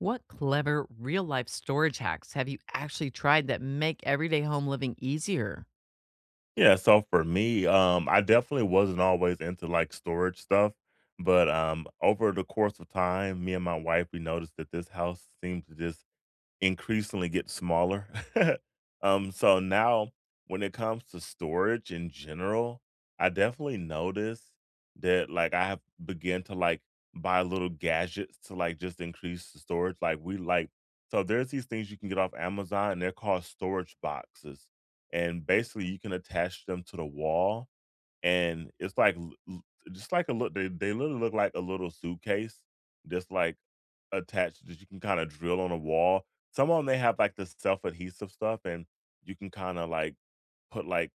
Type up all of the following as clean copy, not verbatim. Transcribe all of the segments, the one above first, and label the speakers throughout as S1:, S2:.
S1: What clever real life storage hacks have you actually tried that make everyday home living easier?
S2: Yeah, so for me, I definitely wasn't always into like storage stuff, but over the course of time, me and my wife we noticed that this house seemed to just increasingly get smaller. So now when it comes to storage in general, I definitely notice that like I have began to like buy little gadgets to like just increase the storage. Like we like so there's these things you can get off Amazon and they're called storage boxes. And basically you can attach them to the wall and it's like l l just like a look. They literally look like a little suitcase just, like, attached that you can kinda drill on a wall. Some of them they have, like, the self-adhesive stuff, and you can kinda, like, put, like,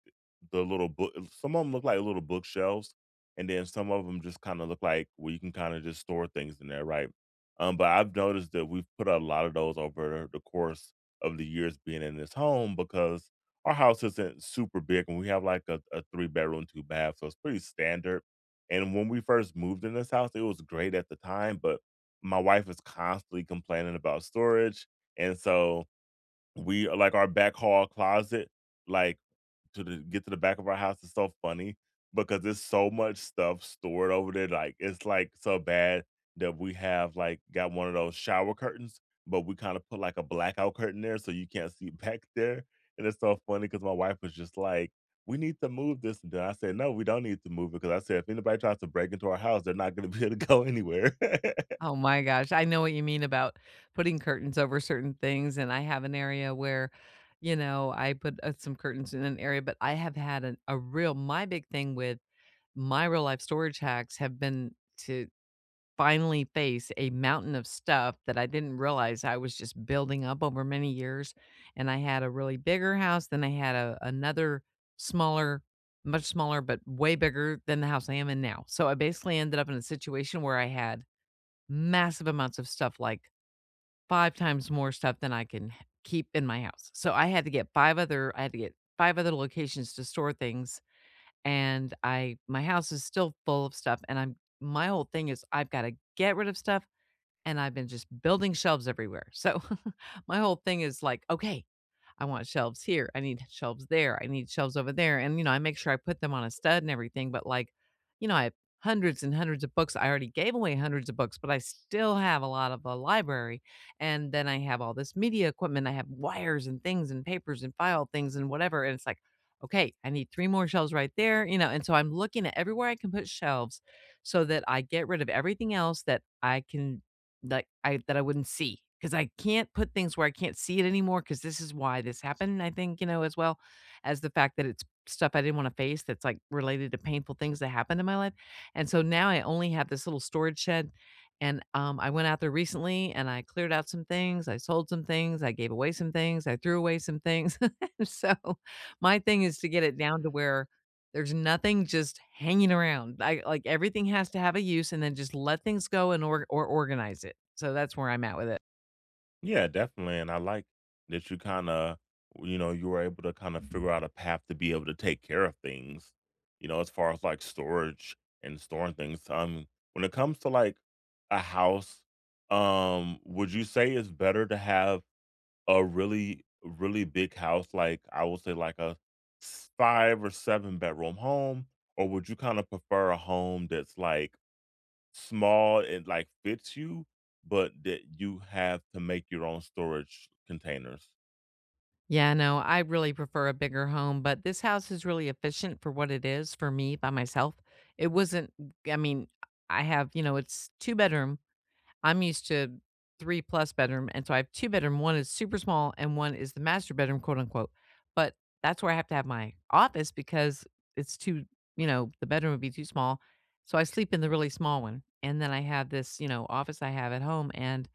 S2: the little book some of them look like little bookshelves, and then some of them just kinda look like where you can kinda just store things in there, right? But I've noticed that we've put a lot of those over the course of the years being in this home because our house isn't super big, and we have like a three bedroom, two bath, so it's pretty standard. And when we first moved in this house, it was great at the time, but my wife is constantly complaining about storage, and so we like our back hall closet, like to the get to the back of our house is so funny because there's so much stuff stored over there. Like it's like so bad that we have like got one of those shower curtains, but we kind of put like a blackout curtain there so you can't see back there. And it's so funny because my wife was just like, "We need to move this," and then I said, "No, we don't need to move it." Because I said, if anybody tries to break into our house, they're not going to be able to go anywhere.
S1: Oh my gosh. I know what you mean about putting curtains over certain things. And I have an area where, you know, I put some curtains in an area, but I have had my big thing with my real life storage hacks have been to finally face a mountain of stuff that I didn't realize I was just building up over many years. And I had a really bigger house, then I had another smaller, much smaller, but way bigger than the house I am in now. So I basically ended up in a situation where I had massive amounts of stuff, like five times more stuff than I can keep in my house. So I had to get five other locations to store things. And my house is still full of stuff. And my whole thing is I've got to get rid of stuff, and I've been just building shelves everywhere. So my whole thing is like, okay, I want shelves here. I need shelves there. I need shelves over there. And, you know, I make sure I put them on a stud and everything. But like, you know, I have hundreds and hundreds of books. I already gave away hundreds of books, but I still have a lot of the library. And then I have all this media equipment. I have wires and things and papers and file things and whatever. And it's like, okay, I need three more shelves right there, you know. And so I'm looking at everywhere I can put shelves so that I get rid of everything else that I can like, I that I wouldn't see because I can't put things where I can't see it anymore. Because this is why this happened, I think, you know, as well as the fact that it's stuff I didn't wanna face that's, like, related to painful things that happened in my life, and so now I only have this little storage shed, and, I went out there recently, and I cleared out some things, I sold some things, I gave away some things, I threw away some things, so my thing is to get it down to where there's nothing just hanging around. I like everything has to have a use and then just let things go and or organize it. So that's where I'm at with it.
S2: Yeah, definitely. And I like that you kind of, you know, you were able to kind of figure out a path to be able to take care of things, you know, as far as like storage and storing things. When it comes to like a house, would you say it's better to have a really, really big house, like I would say like a five or seven-bedroom home, or would you kind of prefer a home that's like small, it like fits you, but that you have to make your own storage containers.
S1: Yeah, no, I really prefer a bigger home, but this house is really efficient for what it is for me by myself. It wasn't I mean, I have, you know, it's two bedroom. I'm used to 3 plus bedroom, and so I have 2 bedroom, one is super small and one is the master bedroom, quote, unquote, but that's where I have to have my office because it's too, you know, the bedroom would be too small, so I sleep in the really small one, and then I have this, you know, office I have at home, and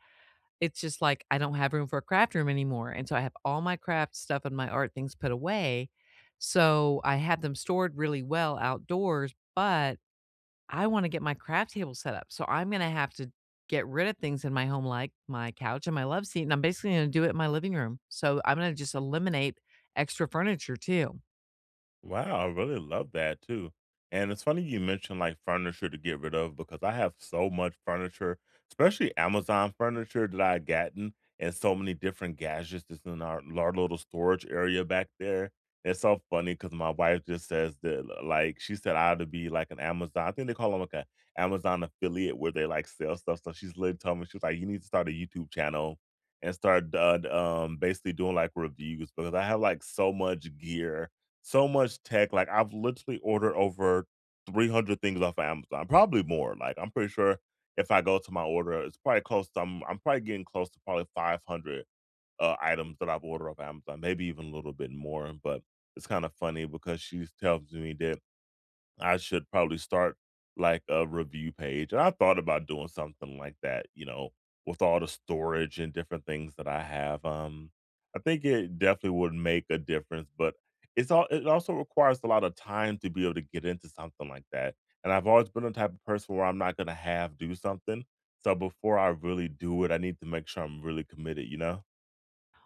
S1: it's just like I don't have room for a craft room anymore, and so I have all my craft stuff and my art things put away, so I have them stored really well outdoors, but I wanna get my craft table set up, so I'm gonna have to get rid of things in my home, like my couch and my love seat, and I'm basically gonna do it in my living room. So I'm gonna just eliminate extra furniture too.
S2: Wow, I really love that too. And it's funny you mentioned like furniture to get rid of because I have so much furniture, especially Amazon furniture that I had gotten and so many different gadgets that's in our little storage area back there. It's so funny because my wife just says that like she said I ought to be like an Amazon. I think they call them like an Amazon affiliate where they like sell stuff. So she's literally telling me she's like, you need to start a YouTube channel and start basically doing like reviews because I have like so much gear so much tech, like, I've literally ordered over 300 things off of Amazon, probably more, like, I'm pretty sure if I go to my order, it's probably close to I'm probably getting close to probably 500, items that I've ordered off Amazon, maybe even a little bit more, but it's kinda funny because she tells me that I should probably start like a review page. And I thought about doing something like that, you know, with all the storage and different things that I have. I think it definitely would make a difference, but it's all it also requires a lot of time to be able to get into something like that. And I've always been the type of person where I'm not gonna have do something. So before I really do it, I need to make sure I'm really committed, you know?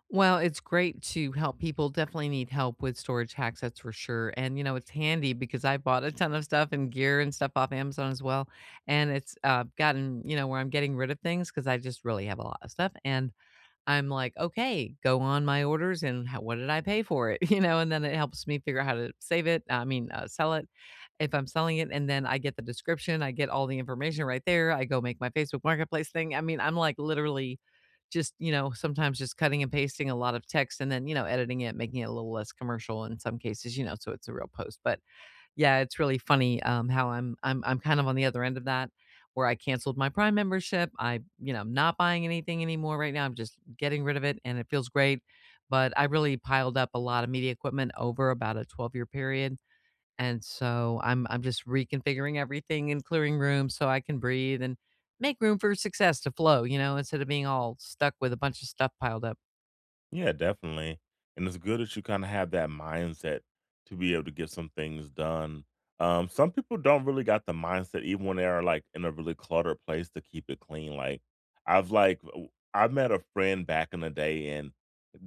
S1: Well, it's great to help people, definitely need help with storage hacks, that's for sure, and, you know, it's handy because I bought a ton of stuff and gear and stuff off Amazon as well, and it's, gotten, you know, where I'm getting rid of things because I just really have a lot of stuff, and I'm like, "Okay, go on my orders and how what did I pay for it?" You know, and then it helps me figure out how to save it. Sell it if I'm selling it, and then I get the description, I get all the information right there, I go make my Facebook Marketplace thing. I mean, I'm, like, literally just, you know, sometimes just cutting and pasting a lot of text and then, you know, editing it, making it a little less commercial in some cases, you know, so it's a real post, but yeah, it's really funny, how I'm kind of on the other end of that, where I canceled my Prime membership. I, you know, I'm not buying anything anymore right now. I'm just getting rid of it and it feels great. But I really piled up a lot of media equipment over about a 12-year period. And so I'm just reconfiguring everything and clearing room so I can breathe and make room for success to flow, you know, instead of being all stuck with a bunch of stuff piled up.
S2: Yeah, definitely. And it's good that you kind of have that mindset to be able to get some things done. Some people don't really got the mindset, even when they are like in a really cluttered place, to keep it clean. Like I've like w- I met a friend back in the day, and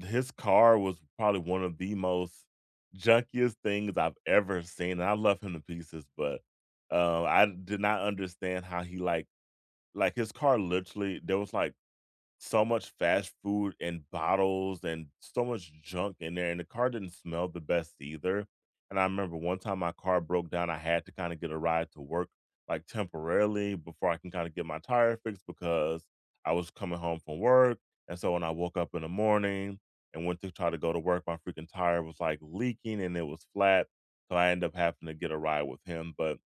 S2: his car was probably one of the most junkiest things I've ever seen. And I love him to pieces, but I did not understand how he like his car literally there was like so much fast food and bottles and so much junk in there, and the car didn't smell the best either. And I remember one time my car broke down, I had to kind of get a ride to work like temporarily before I can kind of get my tire fixed because I was coming home from work. And so when I woke up in the morning and went to try to go to work, my freaking tire was like leaking and it was flat. So I ended up having to get a ride with him. But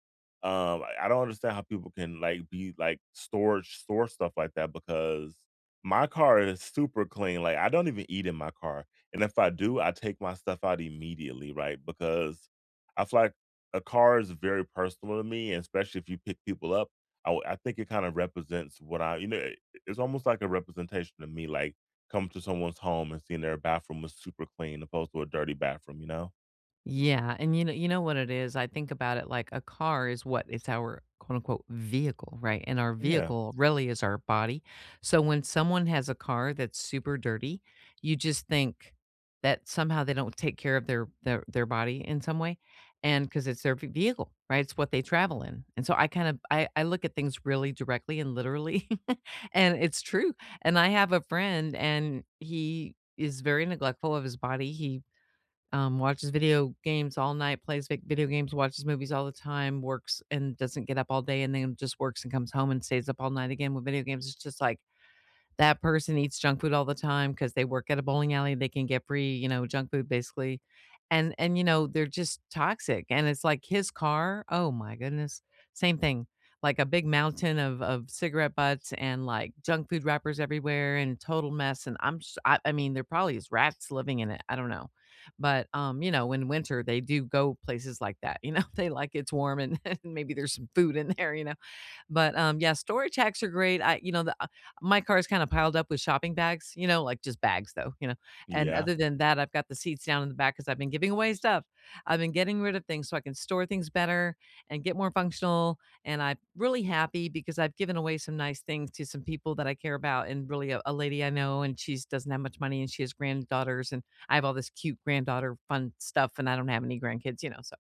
S2: I don't understand how people can like be like storage store stuff like that because my car is super clean, like, I don't even eat in my car, and if I do, I take my stuff out immediately, right? Because I feel like a car is very personal to me, and especially if you pick people up, I think it kinda represents what I you know, it It's almost like a representation to me, like, coming to someone's home and seeing their bathroom was super clean opposed to a dirty bathroom, you know?
S1: Yeah, and you know what it is, I think about it like a car is what it's our quote unquote vehicle, right? And our
S2: Yeah.
S1: vehicle really is our body. So when someone has a car that's super dirty, you just think that somehow they don't take care of their their body in some way, and cuz it's their vehicle, right? It's what they travel in. And so I kind of I look at things really directly and literally, and it's true. And I have a friend and he is very neglectful of his body. He, watches video games all night, plays video games, watches movies all the time, works and doesn't get up all day, and then just works and comes home and stays up all night again with video games. It's just like that person eats junk food all the time because they work at a bowling alley. They can get free, you know, junk food basically. And you know, they're just toxic. And it's like his car, oh my goodness. Same thing. Like a big mountain of cigarette butts and like junk food wrappers everywhere and total mess. And I mean, there probably is rats living in it. I don't know. But you know, in winter they do go places like that. You know, they like it's warm, and, and maybe there's some food in there, you know, but, yeah, storage hacks are great. I you know, the My car is kinda piled up with shopping bags, you know, like, just bags, though, you know? And
S2: Yeah.
S1: other than that, I've got the seats down in the back because 'cause I've been giving away stuff. I've been getting rid of things so I can store things better and get more functional, and I'm really happy because I've given away some nice things to some people that I care about and really a lady I know, and she doesn't have much money, and she has granddaughters, and I have all this cute granddaughter fun stuff, and I don't have any grandkids, you know, so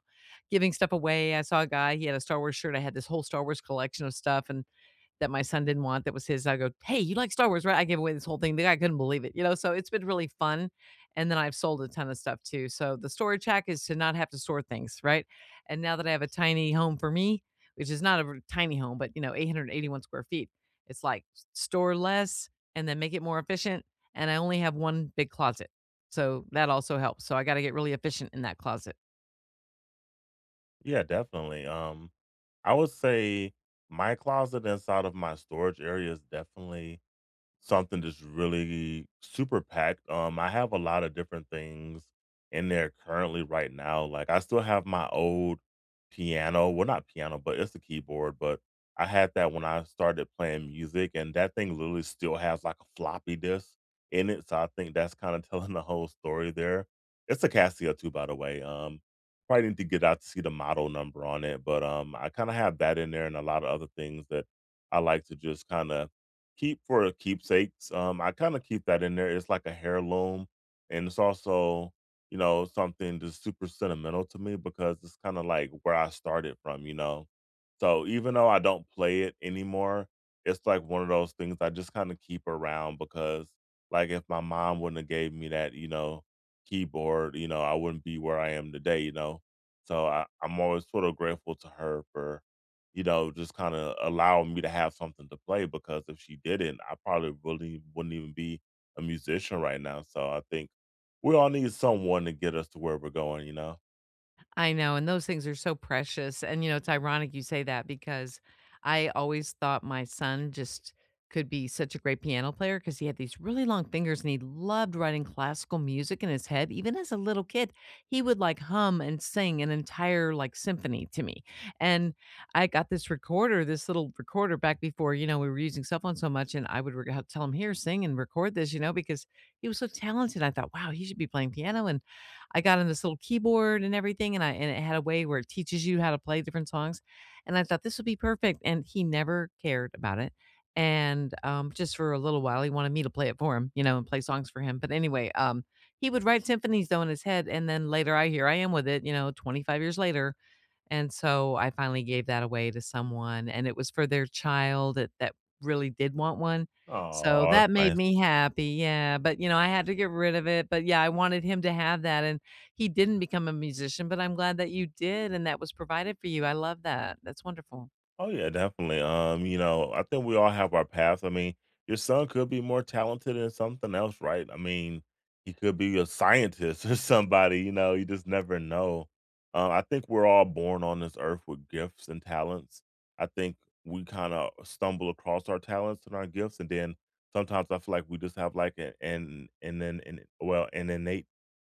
S1: giving stuff away. I saw a guy, he had a Star Wars shirt. I had this whole Star Wars collection of stuff and that my son didn't want that was his. I go, "Hey, you like Star Wars, right?" I gave away this whole thing. The guy couldn't believe it, you know? So it's been really fun. And then I've sold a ton of stuff too. So the storage hack is to not have to store things, right? And now that I have a tiny home for me, which is not a tiny home, but you know, 881 square feet, it's like store less and then make it more efficient. And I only have one big closet. So that also helps. So I got to get really efficient in that closet.
S2: Yeah, definitely, I would say my closet inside of my storage area is definitely something that's really super packed. I have a lot of different things in there currently right now. Like I still have my old piano. Well, not piano, but it's a keyboard, but I had that when I started playing music and that thing literally still has like a floppy disk in it. So I think that's kind of telling the whole story there. It's a Casio too, by the way. Probably need to get out to see the model number on it. But I kind of have that in there and a lot of other things that I like to just kind of keep for keepsakes. I kind of keep that in there. It's like a heirloom, and it's also you know something that's super sentimental to me because it's kind of like where I started from. You know, so even though I don't play it anymore, it's like one of those things I just kind of keep around because like if my mom wouldn't have gave me that, you know, keyboard, you know, I wouldn't be where I am today. You know, so I'm always sort of grateful to her for you know, just kinda allowing me to have something to play because if she didn't, I probably really wouldn't even be a musician right now. So I think we all need someone to get us to where we're going, you know?
S1: I know, and those things are so precious, and, you know, it's ironic you say that because I always thought my son just could be such a great piano player because he had these really long fingers, and he loved writing classical music in his head. Even as a little kid, he would, like, hum and sing an entire, like, symphony to me, and I got this recorder, this little recorder back before, you know, we were using cell phones so much, and I would rec tell him, "Here, sing and record this," you know, because he was so talented. I thought, "Wow, he should be playing piano," and I got on this little keyboard and everything, and I and it had a way where it teaches you how to play different songs, and I thought this would be perfect, and he never cared about it. And, just for a little while, he wanted me to play it for him, you know, and play songs for him, but anyway, he would write symphonies though in his head, and then later I here I am with it, you know, 25 years later, and so I finally gave that away to someone, and it was for their child that really did want one, so
S2: Oh, that's
S1: that made
S2: nice.
S1: me happy, yeah, but, you know, I had to get rid of it, but yeah, I wanted him to have that, and he didn't become a musician, but I'm glad that you did and that was provided for you. I love that. That's wonderful.
S2: Oh yeah, definitely. You know, I think we all have our paths. I mean, your son could be more talented in something else, right? I mean, he could be a scientist or somebody. You know, you just never know. I think we're all born on this earth with gifts and talents. I think we kind of stumble across our talents and our gifts, and then sometimes I feel like we just have like an and then and well an innate.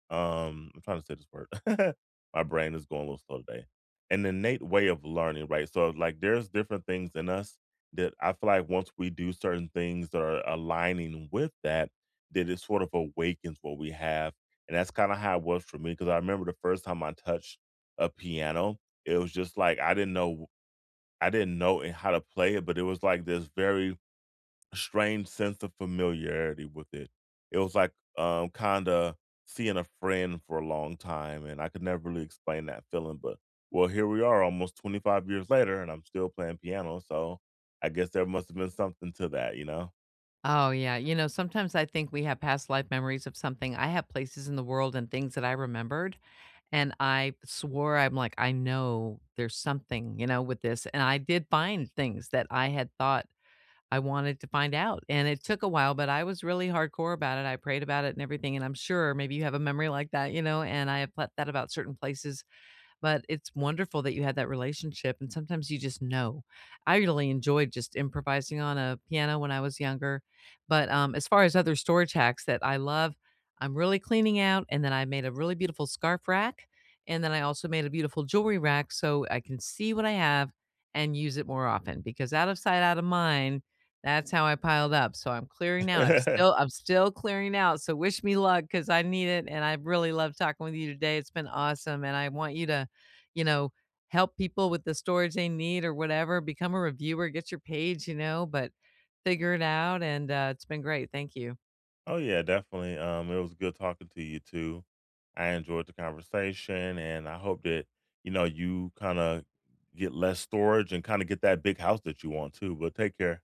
S2: I'm trying to say this word. My brain is going a little slow today an innate way of learning, right? So like there's different things in us that I feel like once we do certain things that are aligning with that, that it sort of awakens what we have. And that's kind of how it was for me. Cause I remember the first time I touched a piano, it was just like I didn't know how to play it, but it was like this very strange sense of familiarity with it. It was like, kinda seeing a friend for a long time, and I could never really explain that feeling, but, well, here we are almost 25 years later, and I'm still playing piano, so I guess there must have been something to that, you know?
S1: Oh, yeah. You know, sometimes I think we have past life memories of something. I have places in the world and things that I remembered. And I swore, I'm like, I know there's something, you know, with this. And I did find things that I had thought I wanted to find out. And it took a while, but I was really hardcore about it. I prayed about it and everything. And I'm sure maybe you have a memory like that, you know, and I have thought that about certain places. But it's wonderful that you had that relationship, and sometimes you just know. I really enjoyed just improvising on a piano when I was younger. But, as far as other storage hacks that I love, I'm really cleaning out, and then I made a really beautiful scarf rack, and then I also made a beautiful jewelry rack so I can see what I have and use it more often because out of sight, out of mind, that's how I piled up. So I'm clearing out. I'm still I'm still clearing out. So wish me luck, because I need it, and I really love talking with you today. It's been awesome, and I want you to, you know, help people with the storage they need or whatever. Become a reviewer, get your page, you know, but figure it out. And it's been great. Thank you.
S2: Oh, yeah, definitely, it was good talking to you too. I enjoyed the conversation, and I hope that, you know, you kinda get less storage and kinda get that big house that you want too, but take care.